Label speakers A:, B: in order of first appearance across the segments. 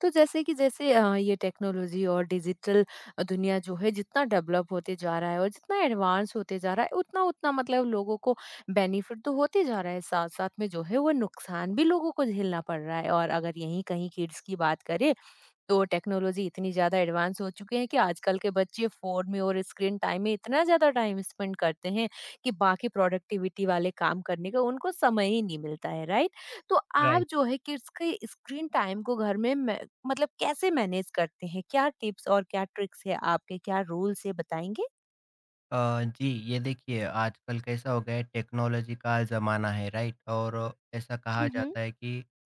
A: तो जैसे कि ये टेक्नोलॉजी और डिजिटल दुनिया जो है जितना डेवलप होते जा रहा है और जितना एडवांस होते जा रहा है उतना उतना मतलब लोगों को बेनिफिट तो होते जा रहा है साथ साथ में जो है वो नुकसान भी लोगों को झेलना पड़ रहा है और अगर यहीं कहीं किड्स की बात करें तो टेक्नोलॉजी इतनी ज़्यादा एडवांस हो चुके हैं कि आजकल के बच्चे फ़ोन में और स्क्रीन टाइम में इतना ज़्यादा टाइम स्पेंड करते हैं कि बाकी प्रोडक्टिविटी वाले काम करने का उनको समय ही नहीं मिलता है, राइट? तो आप
B: राइट।
A: जो है किड्स के स्क्रीन टाइम को घर में मै मतलब कैसे मैनेज करते हैं? क्या टिप्स और क्या ट्रिक्स है आपके? क्या रूल्स है बताएँगे?
B: जी, ये देखिए आजकल कैसा हो गया है, टेक्नोलॉजी का ज़माना है, राइट। और ऐसा कहा
A: हुँ, हुँ।
B: जाता है कि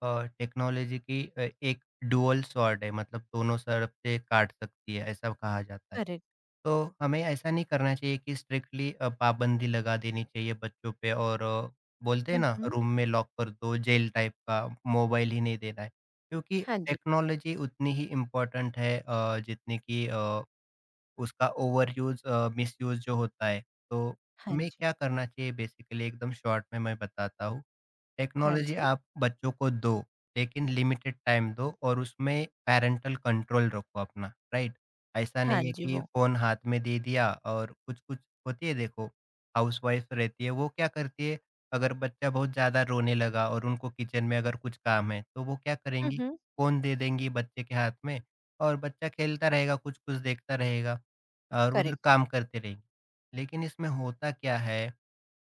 B: टेक्नोलॉजी की एक डुअल स्वॉर्ड है, मतलब दोनों तरफ से काट सकती है, ऐसा कहा जाता है।
A: करेक्ट।
B: तो हमें ऐसा नहीं करना चाहिए कि स्ट्रिक्टली पाबंदी लगा देनी चाहिए बच्चों पे। और बोलते हैं
A: हुँ,
B: ना,
A: हुँ।
B: रूम में लॉक कर दो जेल टाइप का, मोबाइल ही नहीं देना है, क्योंकि
A: हाँ जी।
B: टेक्नोलॉजी उतनी ही इम्पोर्टेंट है जितनी कि उसका ओवरयूज़, मिसयूज़ जो होता है। तो
A: हाँ
B: हमें
A: जी।
B: क्या करना चाहिए बेसिकली, एकदम शॉर्ट में मैं बताता हूँ।
A: हाँ
B: टेक्नोलॉज़ी
A: जी।
B: आप बच्चों को दो, लेकिन लिमिटेड टाइम दो और उसमें पैरेंटल कंट्रोल रखो अपना, राइट? ऐसा
A: हाँ
B: नहीं है
A: जी,
B: कि
A: वो।
B: फ़ोन हाथ में दे दिया और कुछ-कुछ होती है। देखो, हाउसवाइफ़ रहती है, वो क्या करती है, अगर बच्चा बहुत ज़्यादा रोने लगा और उनको किचन में अगर कुछ काम है, तो वो क्या
A: हुँ,
B: करेंगी,
A: हुँ।
B: फ़ोन दे देंगी बच्चे के हाथ में और बच्चा खेलता रहेगा, कुछ-कुछ देखता रहेगा। और उधर
A: करेक्ट है।
B: काम करते रहेंगे। लेकिन इसमें होता क्या है,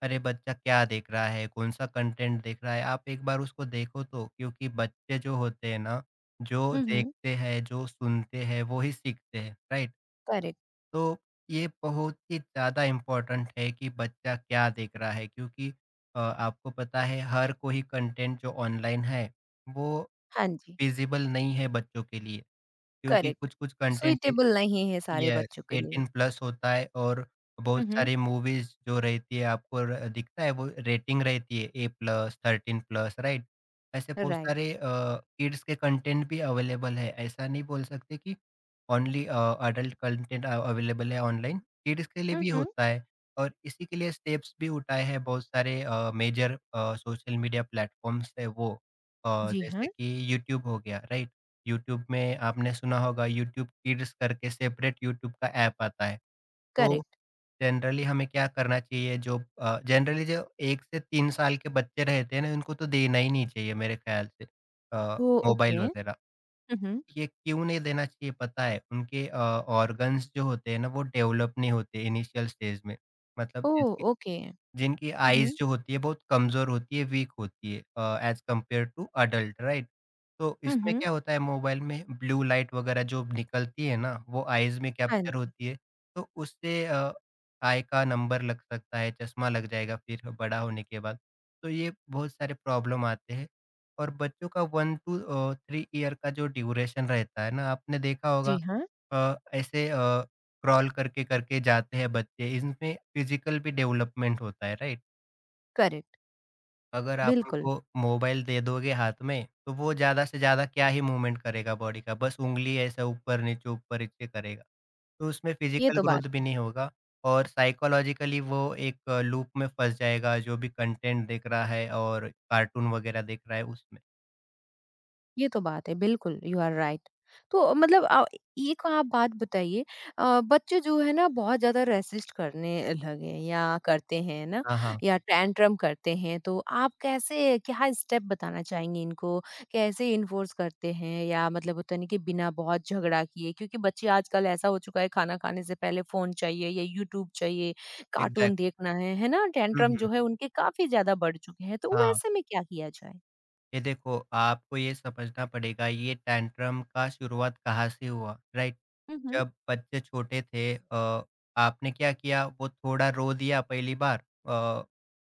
B: अरे बच्चा क्या देख रहा है, कौन-सा कंटेंट देख रहा है, आप एक बार उसको देखो तो, क्योंकि बच्चे जो होते हैं ना, जो
A: हुँ, हुँ।
B: देखते हैं, जो सुनते हैं, वो ही सीखते हैं, राइट?
A: करेक्ट।
B: तो ये बहुत ही ज़्यादा इम्पोर्टेंट है कि बच्चा क्या देख रहा है, क्योंकि आपको पता है हर कोई कंटेंट जो ऑनलाइन है, वो
A: हाँ जी।
B: फ़िज़िबल नहीं है बच्चों के लिए, क्योंकि
A: करेक्ट।
B: कुछ-कुछ कंटेंट,
A: सुइटेबल नहीं है सारे
B: यस,
A: बच्चों के लिए।
B: 18 प्लस होता है। और बहुत
A: हुँ, हुँ।
B: सारी मूवीज़ जो रहती है आपको र दिखता है वो रेटिंग रहती है, ए प्लस, 13 प्लस, राइट? ऐसे बहुत
A: राइट।
B: सारे किड्स के कंटेंट भी अवेलेबल है, ऐसा नहीं बोल सकते कि ओनली अडल्ट कंटेंट अवेलेबल है ऑनलाइन, किड्स के लिए
A: हुँ,
B: भी
A: हुँ।
B: होता है। और इसी के लिए स्टेप्स भी उठाए हैं बहुत सारे मेजर सोशल मीडिया प्लेटफ़ॉर्म्स है वो,
A: जी हाँ,
B: जैसे कि यूट्यूब हो गया, राइट? यूट्यूब में आपने सुना होगा यूट्यूब किड्स करके सेपरेट यूट्यूब का ऐप आता है। तो
A: करेक्ट।
B: जनरली हमें क्या करना चाहिए, जो जनरली जो 1 से 3 साल के बच्चे रहते हैं ना, इनको तो देना ही नहीं चाहिए मेरे ख्याल से अ,
A: ओह! ओके।
B: मोबाइल वगैरह।
A: हुँ, हुँ।
B: ये क्यों नहीं देना चाहिए पता है? उनके ऑर्गन्स जो होते हैं ना वो डेवलप नहीं होते इनिशियल स्टेज में। मतलब
A: ओह!
B: जिस
A: ओके। हुँ,
B: जिनकी आइज़
A: हुँ।
B: जो होती है बहुत कमज़ोर होती है, वीक होती है, as compared to adult, right? तो
A: हुँ,
B: इसमें
A: हुँ।
B: क्या होता है, मोबाइल में ब्लू लाइट वग़ैरह जो निकलती है ना, वो आइज़ में
A: हाँ
B: कैप्चर
A: जी।
B: होती है। तो उससे आई का नंबर लग सकता है, चश्मा लग जाएगा फिर बड़ा होने के बाद। तो ये बहुत सारे प्रॉब्लम आते हैं और बच्चों का 1 टू 3 ईयर का जो ड्यूरेशन रहता है ना, आपने देखा
A: जी
B: होगा
A: हाँ,
B: अ, ऐसे अ क्रॉल करके, करके जाते हैं बच्चे, इसमें फ़िज़िकल भी डेवलपमेंट होता है, राइट?
A: करेक्ट।
B: अगर आप
A: बिल्कुल,
B: उनको मोबाइल दे दोगे हाथ में, तो वो ज़्यादा से ज़्यादा क्या ही मूवमेंट करेगा बॉडी का, बस उँगली ऐसा ऊपर-नीचे, ऊपर-नीचे करेगा। तो उसमें
A: ये
B: फ़िज़िकल
A: तो बात
B: ग्रोथ भी
A: है।
B: नहीं होगा और साइकोलॉजिकली वो एक लूप में फँस जाएगा, जो भी कंटेंट देख रहा है और कार्टून वगैरह देख रहा है उसमें।
A: ये तो बात है, बिल्कुल, यू आर राइट। तो मतलब एक आप बात बताइए बच्चे जो है ना बहुत ज़्यादा रेसिस्ट करने लगे हैं या करते हैं ना
B: हाँ, हाँ,
A: या टैंट्रम करते हैं, तो आप कैसे क्या स्टेप बताना चाहेंगे इनको? कैसे एनफोर्स करते हैं या मतलब होता नहीं कि बिना बहुत झगड़ा किए? क्योंकि बच्चे आजकल ऐसा हो चुका है खाना खाने से पहले फ़ोन चाहिए या यूट्यूब चाहिए, कार्टून
B: एग्ज़ैक्टली।
A: देखना है ना?
B: हुँ,
A: टैंट्रम
B: हुँ,
A: जो है उनके काफ़ी ज़्यादा बढ़ चुके हैं, तो
B: हाँ।
A: वैसे में क्या किया जाए?
B: ये देखो, आपको ये समझना पड़ेगा, ये टैंट्रम का शुरुआत कहाँ से हुआ, राइट?
A: हुँ, हुँ।
B: जब बच्चे छोटे थे, आपने क्या किया, वो थोड़ा रो दिया पहली बार,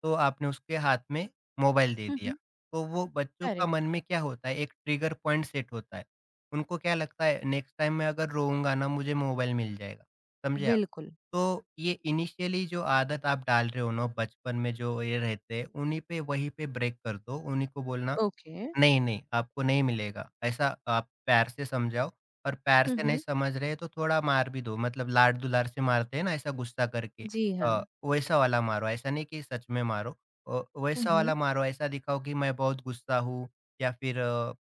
B: तो आपने उसके हाथ में मोबाइल दे
A: हुँ,
B: दिया।
A: हुँ।
B: तो वो बच्चों का
A: करेक्ट।
B: मन में क्या होता है, एक ट्रिगर पॉइंट सेट होता है। उनको क्या लगता है, नेक्स्ट टाइम मैं अगर रोऊँगा ना मुझे मोबाइल मिल जाएगा, समझे आप?
A: बिल्कुल,
B: तो ये इनिशियली जो आदत आप डाल रहे हो ना बचपन में जो ये रहते हैं, उन्हीं पे वहीं पे ब्रेक कर दो, उन्हीं को बोलना
A: ओके।
B: नहीं, नहीं, आपको नहीं मिलेगा। ऐसा आप प्यार से समझाओ और प्यार
A: हुँ,
B: से नहीं
A: हुँ।
B: समझ रहे तो थोड़ा मार भी दो, मतलब लाड-दुलार से मारते हैं ना ऐसा गुस्सा करके,
A: जी हाँ।
B: वैसा वाला मारो, ऐसा नहीं कि सच में मारो।
A: हुँ,
B: वैसा
A: हुँ।
B: वाला मारो, ऐसा दिखाओ कि मैं बहुत गुस्सा हूँ, या फिर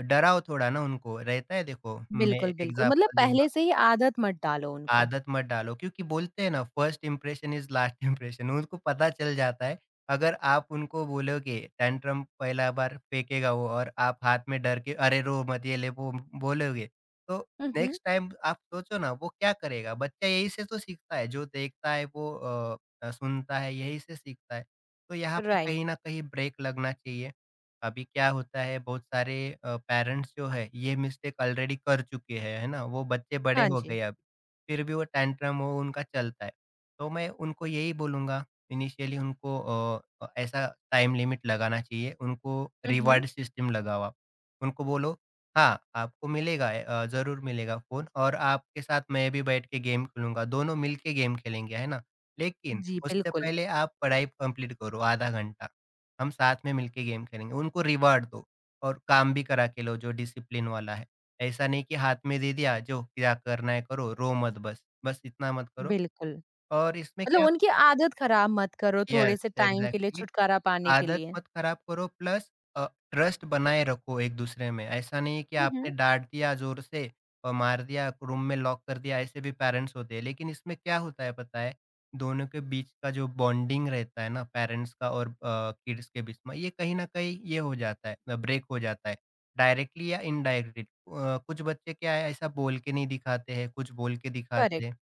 B: डराओ थोड़ा ना उनको, रहता है, देखो मैं
A: बिल्कुल, बिल्कुल मतलब
B: एग्ज़ाम्पल दूँगा।
A: पहले से ही आदत मत डालो उनको।
B: आदत मत डालो, क्योंकि बोलते हैं ना, first impression is last impression, उनको पता चल जाता है। अगर आप उनको बोलोगे, टैंट्रम पहला बार फेंकेगा वो और आप हाथ में डर के अरे रो मत ये ले वो बोलोगे, तो
A: हुँ, हुँ।
B: नेक्स्ट टाइम आप सोचो ना वो क्या करेगा बच्चा, यही से तो सीखता है, जो देखता है वो सुनता है, यही से सीखता है। तो यहाँ पे
A: राइट,
B: कहीं ना कहीं ब्रेक लगना चाहिए। अभी क्या होता है, बहुत सारे पेरेंट्स जो है ये मिस्टेक ऑलरेडी कर चुके हैं, है ना, वो बच्चे बड़े
A: हाँ
B: हो
A: जी।
B: गए फिर भी वो टैंट्रम वो उनका चलता है। तो मैं उनको यही बोलूँगा, इनिशियली उनको ऐसा टाइम लिमिट लगाना चाहिए, उनको
A: हुँ, हुँ।
B: रिवार्ड सिस्टम लगाओ आप। उनको बोलो, हाँ, आपको मिलेगा, ज़रूर मिलेगा फ़ोन और आपके साथ मैं भी बैठ के गेम खेलूँगा, दोनों मिल के गेम खेलेंगे, है ना? लेकिन
A: जी,
B: उससे
A: बिल्कुल,
B: पहले आप पढ़ाई कंप्लीट करो आधा घंटा, हम साथ में मिल के गेम खेलेंगे। उनको रिवार्ड दो और काम भी करा के लो जो डिसिप्लिन वाला है। ऐसा नहीं कि हाथ में दे दिया, जो क्या करना है करो, रो मत बस, बस इतना मत करो,
A: बिल्कुल।
B: और इसमें
A: मतलब
B: क्या।
A: उनकी आदत खराब मत करो थोड़े
B: यस,
A: से टाइम के लिए
B: एग्ज़ैक्टली,
A: छुटकारा पाने के
B: आदत
A: लिए।
B: मत खराब करो, प्लस अ, ट्रस्ट बनाए रखो एक-दूसरे में। ऐसा नहीं है कि
A: हुँ,
B: आपने
A: हुँ।
B: डाँट दिया ज़ोर से और मार दिया, रूम में लॉक कर दिया, ऐसे भी पेरेंट्स होते हैं। लेकिन इसमें क्या होता है पता है? दोनों के बीच का जो बॉन्डिंग रहता है ना पेरेंट्स का और किड्स के बीच में, ये कहीं न कहीं ये हो जाता है, ब्रेक हो जाता है, डायरेक्टली या इनडायरेक्टली। कुछ बच्चे क्या है ऐसा बोल के नहीं दिखाते हैं, कुछ बोल के दिखाते
A: करेक्ट,
B: हैं।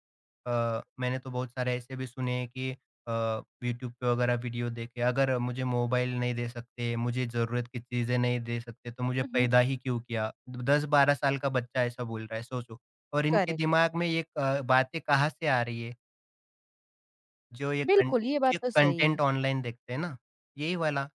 B: मैंने तो बहुत सारे ऐसे भी सुने हैं कि यूट्यूब पे वगैरह वीडियो देखे, अगर मुझे मोबाइल नहीं दे सकते, मुझे ज़रूरत की चीज़ें नहीं दे सकते, तो मुझे
A: हुँ, हुँ।
B: पैदा ही क्यों किया? 10-12 साल का बच्चा ऐसा बोल रहा है, सोचो, और इनके
A: करेक्ट।
B: दिमाग में ये बातें कहाँ से आ रही है? जो ये कन
A: बिल्कुल, ये बात
B: ये
A: तो सही है।
B: कंटेंट ऑनलाइन देखते हैं ना, यही वाला।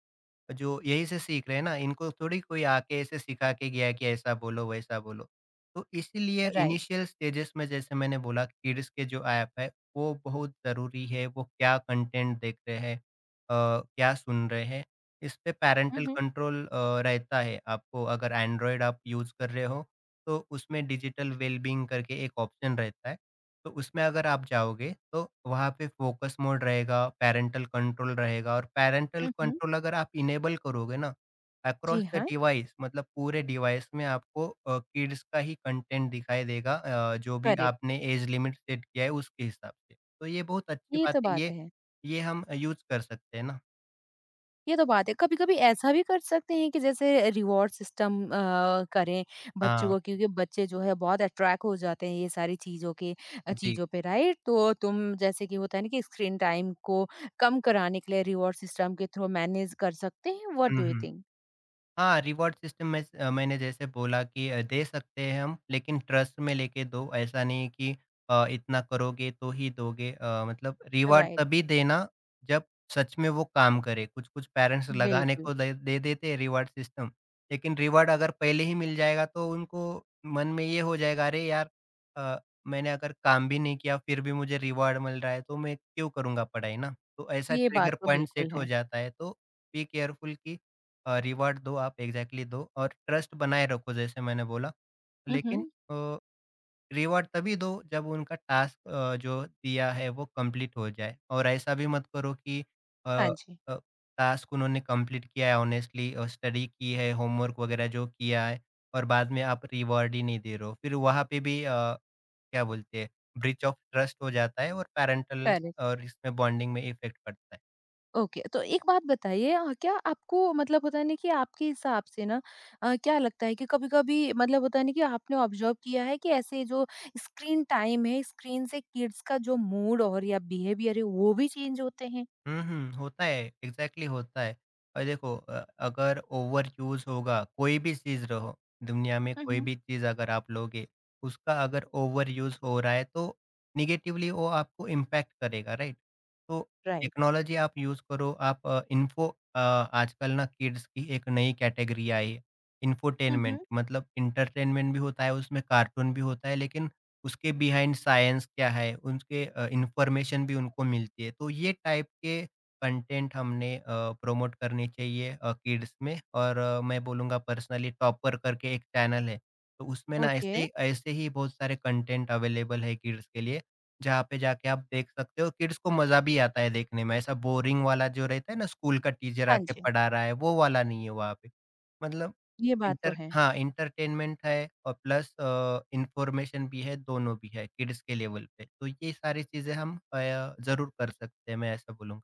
B: जो यहीं से सीख रहे हैं ना, इनको थोड़ी कोई आके ऐसे सिखा के गया है कि ऐसा बोलो, वैसा बोलो। तो इसीलिए
A: राइट।
B: इनिशियल स्टेजेस में, जैसे मैंने बोला, किड्स के जो ऐप है, वो बहुत ज़रूरी है, वो क्या कंटेंट देख रहे हैं, अ, क्या सुन रहे हैं, इस पे
A: हुँ,
B: पैरेंटल
A: हुँ।
B: कंट्रोल रहता है। आपको अगर एंड्रॉयड आप यूज़ कर रहे हो, तो उसमें डिजिटल वेलबीइंग करके एक ऑप्शन रहता है। तो उसमें अगर आप जाओगे तो वहाँ पे फ़ोकस मोड रहेगा, पैरेंटल कंट्रोल रहेगा और पैरेंटल
A: हुँ, हुँ।
B: कंट्रोल अगर आप इनेबल करोगे ना
A: जी
B: अक्रॉस द
A: हाँ,
B: डिवाइस, मतलब पूरे डिवाइस में आपको किड्स का ही कंटेंट दिखाई देगा, जो भी
A: करेक्ट।
B: आपने एज लिमिट सेट किया है उसके हिसाब से। तो ये बहुत अच्छी
A: ये
B: बात
A: तो
B: है,
A: बात है।
B: ये हम यूज़ कर सकते हैं ना।
A: ये तो बात है। कभी-कभी ऐसा भी कर सकते हैं कि जैसे रिवॉर्ड सिस्टम करें बच्चों
B: हाँ,
A: को क्योंकि बच्चे जो है बहुत अट्रैक्ट हो जाते हैं ये सारी
B: जी।
A: चीज़ों पे राइट? तो तुम जैसे कि होता है ना कि स्क्रीन टाइम को कम कराने के लिए रिवॉर्ड सिस्टम के थ्रू मैनेज कर सकते हैं। What
B: hmm,
A: do you
B: hmm.
A: Think?
B: हाँ, रिवॉर्ड सिस्टम में मैंने जैसे बोला कि दे सकते हैं हम, लेकिन ट्रस्ट में लेके दो, ऐसा नहीं कि इतना करोगे तो ही दोगे। मतलब रिवॉर्ड
A: राइट,
B: तभी देना जब सच में वो काम करे। कुछ-कुछ पेरेंट्स लगाने
A: बिल्कुल।
B: को दे दे देते हैं रिवॉर्ड सिस्टम, लेकिन रिवॉर्ड अगर पहले ही मिल जाएगा तो उनको मन में ये हो जाएगा, "अरे यार, अ, मैंने अगर काम भी नहीं किया फिर भी मुझे रिवॉर्ड मिल रहा है तो मैं क्यों करूँगा पढ़ाई?" ना? तो ऐसा
A: ये बात
B: ट्रिगर
A: तो
B: पॉइंट
A: बिल्कुल
B: सेट हो
A: है।
B: जाता है। तो बी केयरफुल कि रिवार्ड दो आप एग्ज़ैक्टली दो और ट्रस्ट बनाए रखो जैसे मैंने बोला।
A: हुँ,
B: लेकिन
A: हुँ।
B: अ, रिवार्ड तभी दो जब उनका टास्क जो दिया है वो कंप्लीट हो जाए, और ऐसा भी मत करो कि अ
A: हाँ जी,
B: अ, टास्क उन्होंने कंप्लीट किया है ऑनेस्टली, स्टडी की है, होमवर्क वग़ैरह जो किया है और बाद में आप रिवार्ड ही नहीं दे रहे हो। फिर वहाँ पे भी क्या बोलते हैं, ब्रीच ऑफ ट्रस्ट हो जाता है, और पैरेंटल
A: करेक्ट।
B: और इसमें बॉन्डिंग में इफ़ेक्ट पड़ता है।
A: ओके, तो एक बात बताइए क्या आपको मतलब होता है ना कि आपके हिसाब से ना क्या लगता है कि कभी-कभी मतलब होता है ना कि आपने ऑब्जर्व किया है कि ऐसे जो स्क्रीन टाइम है, स्क्रीन से किड्स का जो मूड और या बिहेवियर है वो भी चेंज होते हैं?
B: हुँ, हुँ, होता है, एग्ज़ैक्टली होता है। और देखो अगर ओवर यूज़ होगा, कोई भी चीज़ रहो, दुनिया में
A: हुँ,
B: कोई
A: हुँ।
B: भी चीज़ अगर आप लोगे, उसका अगर ओवर यूज़ हो रहा है तो नेगेटिवली वो आपको इम्पैक्ट करेगा, राइट? तो
A: राइट।
B: टेक्नोलॉजी आप यूज़ करो, आप आजकल ना किड्स की एक नई कैटेगरी आई है,
A: हुँ,
B: इन्फोटेनमेंट
A: हुँ।
B: मतलब एंटरटेनमेंट भी होता है उसमें, कार्टून भी होता है लेकिन उसके बिहाइंड साइंस क्या है, उनके इन्फॉर्मेशन भी उनको मिलती है। तो ये टाइप के कंटेंट हमने प्रमोट करने चाहिए किड्स में और मैं बोलूँगा पर्सनली टॉपर करके एक चैनल है, तो उसमें ना
A: ओके।
B: ऐसे ही बहुत सारे कंटेंट अवेलेबल है किड्स के लिए, जहाँ पे जाके आप देख सकते हो, किड्स को मज़ा भी आता है देखने में। ऐसा बोरिंग वाला जो रहता है ना स्कूल का टीचर
A: हाँ
B: आके
A: जी।
B: पढ़ा रहा है, वो वाला नहीं है वहाँ पे। मतलब
A: ये बात तो है।
B: एंटरटेनमेंट है और प्लस इन्फॉर्मेशन भी है, दोनों भी है किड्स के लेवल पे। तो ये सारी चीज़ें हम ज़रूर कर सकते हैं, मैं ऐसा बोलूँगा।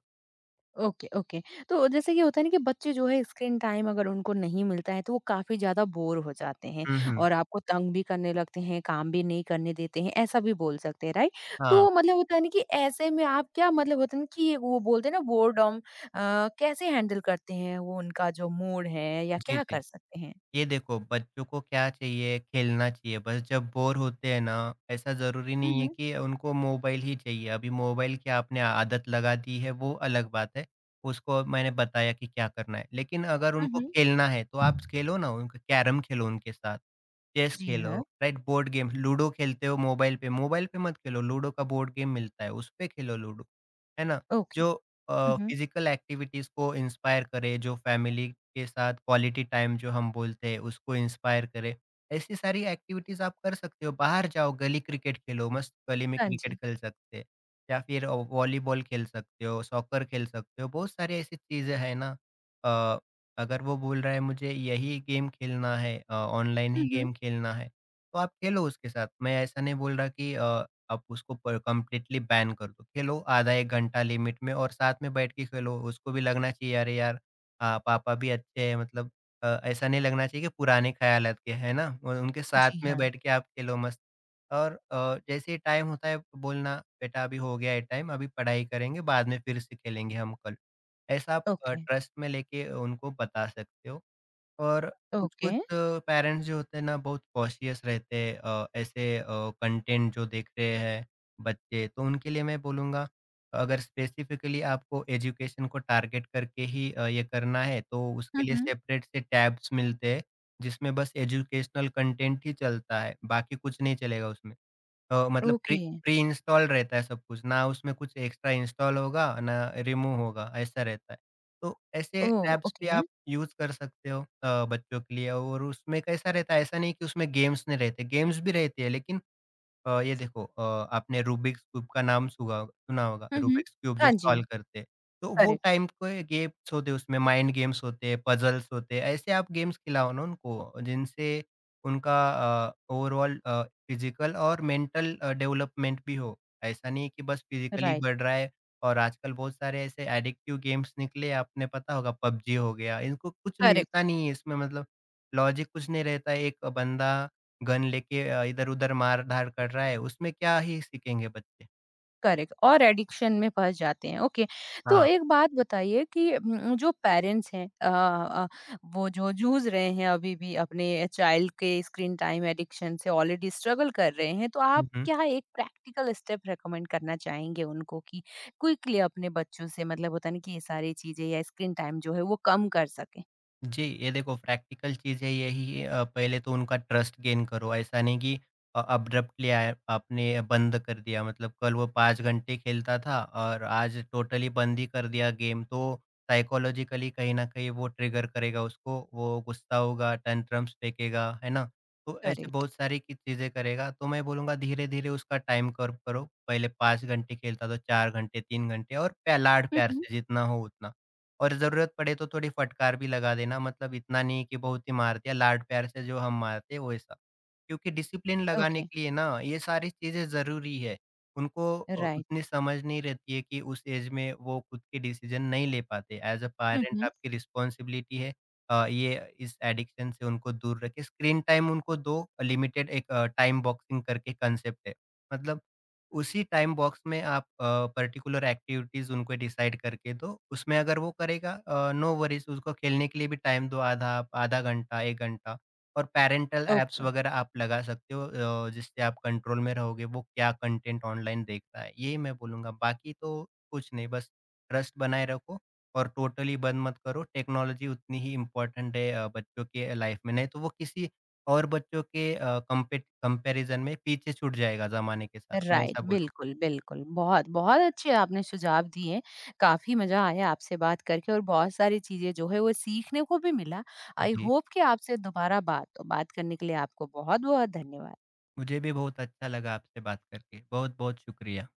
A: Okay, okay. तो जैसे कि होता है ना कि बच्चे जो है स्क्रीन टाइम अगर उनको नहीं मिलता है तो वो काफ़ी ज़्यादा बोर हो जाते हैं
B: हुँ, हुँ।
A: और आपको तंग भी करने लगते हैं, काम भी नहीं करने देते हैं, ऐसा भी बोल सकते हैं, राइट?
B: हाँ,
A: तो मतलब होता है ना कि ऐसे में आप क्या मतलब होता है ना कि वो बोलते हैं ना बोरडम कैसे हैंडल करते हैं वो उनका जो मूड है या
B: जी,
A: क्या
B: जी।
A: कर सकते हैं?
B: ये देखो बच्चों को क्या चाहिए, खेलना चाहिए बस जब बोर होते हैं ना, ऐसा ज़रूरी
A: हुँ,
B: नहीं है
A: हुँ।
B: कि उनको मोबाइल ही चाहिए। अभी मोबाइल की आपने आदत लगा दी है वो अलग बात है, उसको मैंने बताया कि क्या करना है। लेकिन अगर
A: हुँ,
B: उनको
A: हुँ।
B: खेलना है, तो आप खेलो ना उनका कैरम खेलो उनके साथ। चेस
A: जी
B: खेलो,
A: हाँ।
B: राइट बोर्ड गेम, लूडो खेलते हो मोबाइल पे मत खेलो, लूडो का बोर्ड गेम मिलता है, उसपे खेलो लूडो, है ना?
A: ओके।
B: जो
A: हुँ, हुँ।
B: फिज़िकल एक्टिविटीज़ को इंस्पायर करे, जो फैमिली के साथ क्वालिटी टाइम जो हम बोलते हैं, उसको इंस्पायर करे, ऐसी सारी एक्टिविटीज़ आप कर सकते हो। बाहर जाओ, गली क्रिकेट खेलो, मस्त गली में
A: हाँ
B: क्रिकेट
A: जी।
B: खेल सकते हैं या फिर वॉलीबॉल खेल सकते हो, सॉकर खेल सकते हो, बहुत सारी ऐसी चीज़ें हैं ना अ अगर वो बोल रहा है मुझे यही गेम खेलना है ऑनलाइन
A: हुँ,
B: ही
A: हुँ।
B: गेम खेलना है, तो आप खेलो उसके साथ। मैं ऐसा नहीं बोल रहा कि आप उसको प कंप्लीटली बैन कर दो। खेलो आधा 1 घंटा लिमिट में और साथ में बैठ के खेलो। उसको भी लगना चाहिए अरे यार पापा भी अच्छे हैं मतलब ऐसा नहीं लगना चाहिए कि पुराने ख़्यालात के, है ना? और उनके साथ
A: जी
B: में
A: हाँ।
B: बैठ के आप खेलो मस्त। और जैसे ही टाइम होता है बोलना बेटा अभी हो गया है टाइम, अभी पढ़ाई करेंगे बाद में फिर से खेलेंगे हम कल। ऐसा आप
A: ओके,
B: ट्रस्ट में लेके उनको बता सकते हो और
A: ओके।
B: कुछ-कुछ पेरेंट्स जो होते हैं ना बहुत कॉशियस रहते हैं ऐसे कंटेंट जो देख रहे हैं बच्चे तो उनके लिए मैं बोलूँगा अगर स्पेसिफिकली आपको एजुकेशन को टारगेट करके ही ये करना है तो उसके
A: हुँ,
B: लिए
A: हुँ।
B: सेपरेट से टैब्स मिलते हैं जिसमें बस एजुकेशनल कंटेंट ही चलता है, बाकी कुछ नहीं चलेगा उसमें। मतलब प्री
A: ओके।
B: प्री इंस्टॉल्ड रहता है सब कुछ, ना उसमें कुछ एक्स्ट्रा इंस्टॉल होगा, ना रिमूव होगा, ऐसा रहता है। तो ऐसे
A: ओह!
B: ऐप्स भी
A: ओके।
B: आप यूज़ कर सकते हो बच्चों के लिए और उसमें कैसा रहता है, ऐसा नहीं कि उसमें गेम्स नहीं रहते, गेम्स भी रहती है लेकिन ये देखो आपने रूबिक्स क्यूब का नाम सुगा सुना होगा,
A: हुँ, हुँ।
B: रूबिक्स क्यूब जो
A: हाँ जी।
B: सॉल्व करते हैं। तो वो
A: करेक्ट,
B: टाइम के गेम्स होते हैं उसमें माइंड गेम्स होते हैं, पज़ल्स होते हैं, ऐसे आप गेम्स खिलाओ ना उनको जिनसे उनका ओवरऑल फिज़िकल और मेंटल डेवलपमेंट भी हो। ऐसा नहीं है कि बस फिज़िकली
A: राइट,
B: बढ़ रहा है और आजकल बहुत सारे ऐसे एडिक्टिव गेम्स निकले आपने पता होगा पबजी हो गया, इनको कुछ
A: करेक्ट,
B: मिलता नहीं है इसमें मतलब लॉजिक कुछ नहीं रहता है, एक बंदा गन लेके इधर-उधर मार-धाड़ कर रहा है, उसमें क्या ही सीखेंगे बच्चे?
A: करेक्ट और एडिक्शन में फँस जाते हैं, ओके। तो
B: हाँ।
A: एक बात बताइए कि जो पेरेंट्स हैं वो जो जूझ रहे हैं अभी भी अपने चाइल्ड के स्क्रीन टाइम एडिक्शन से ऑलरेडी स्ट्रगल कर रहे हैं, तो आप
B: हुँ, हुँ।
A: क्या एक प्रैक्टिकल स्टेप रेकमेंड करना चाहेंगे उनको कि क्विकली अपने बच्चों से मतलब होता है ना कि ये सारी चीज़ें या स्क्रीन टाइम जो है वो कम कर सकें?
B: जी, ये देखो प्रैक्टिकल चीज़ है यही पहले तो उनका ट्रस्ट गेन करो, ऐसा नहीं कि अब्रप्टली आय आपने बंद कर दिया मतलब कल वो 5 घंटे खेलता था और आज टोटली बंद ही कर दिया गेम, तो साइकोलॉजिकली कहीं न कहीं वो ट्रिगर करेगा उसको, वो गुस्सा होगा, टैंट्रम्स फेंकेगा, है ना? तो ऐसे
A: करेक्ट।
B: बहुत सारी की चीज़ें करेगा, तो मैं बोलूँगा धीरे-धीरे उसका टाइम कर्व करो, पहले 5 घंटे खेलता तो 4 घंटे, 3 घंटे और प्या
A: हुँ,
B: लाड-प्यार
A: हुँ।
B: से जितना हो उतना। और ज़रूरत पड़े तो थोड़ी फटकार भी लगा देना मतलब इतना नहीं कि बहुत ही मार दिया, लाड प्यार से जो हम मारते वैसा। क्योंकि डिसिप्लिन लगाने
A: ओके,
B: के लिए ना ये सारी चीज़ें ज़रूरी है। उनको
A: राइट।
B: उतनी समझ नहीं रहती है कि उस एज में वो खुद के डिसीज़न नहीं ले पाते। As a
A: hmm,
B: parent
A: hmm.
B: आपकी रिस्पॉन्सिबिलिटी है ये इस एडिक्शन से उनको दूर रखें। स्क्रीन टाइम उनको दो लिमिटेड एक टाइम बॉक्सिंग करके कंसेप्ट है। मतलब उसी टाइम बॉक्स में आप पर्टिकुलर एक्टिविटीज़ उनको डिसाइड करके दो। उसमें अगर वो करेगा नो वरीज़ उसको खेलने के लिए भी टाइम दो आधा आधा घंटा, 1 घंटा और पैरेंटल ऐप्स
A: ओके।
B: वगैरह आप लगा सकते हो जिससे आप कंट्रोल में रहोगे वो क्या कंटेंट ऑनलाइन देख रहा है, ये मैं बोलूँगा। बाकी तो कुछ नहीं बस ट्रस्ट बनाए रखो और टोटली बंद मत करो। टेक्नोलॉजी उतनी ही इम्पोर्टेंट है बच्चों के लाइफ़ में, नहीं तो वो किसी और बच्चों के अ, कंपे कंपैरिज़न में पीछे छूट जाएगा ज़माने के साथ, मैं
A: राइट
B: ऐसा बोलूँगा।
A: बिल्कुल, बिल्कुल। बहुत, बहुत अच्छे आपने सुझाव दिए। काफ़ी मज़ा आया आपसे बात करके और बहुत सारी चीज़ें जो है वो सीखने को भी मिला। आई
B: जी,
A: होप कि आपसे दोबारा बात हो। बात करने के लिए आपको बहुत-बहुत धन्यवाद।
B: मुझे भी बहुत अच्छा लगा आपसे बात करके, बहुत-बहुत शुक्रिया।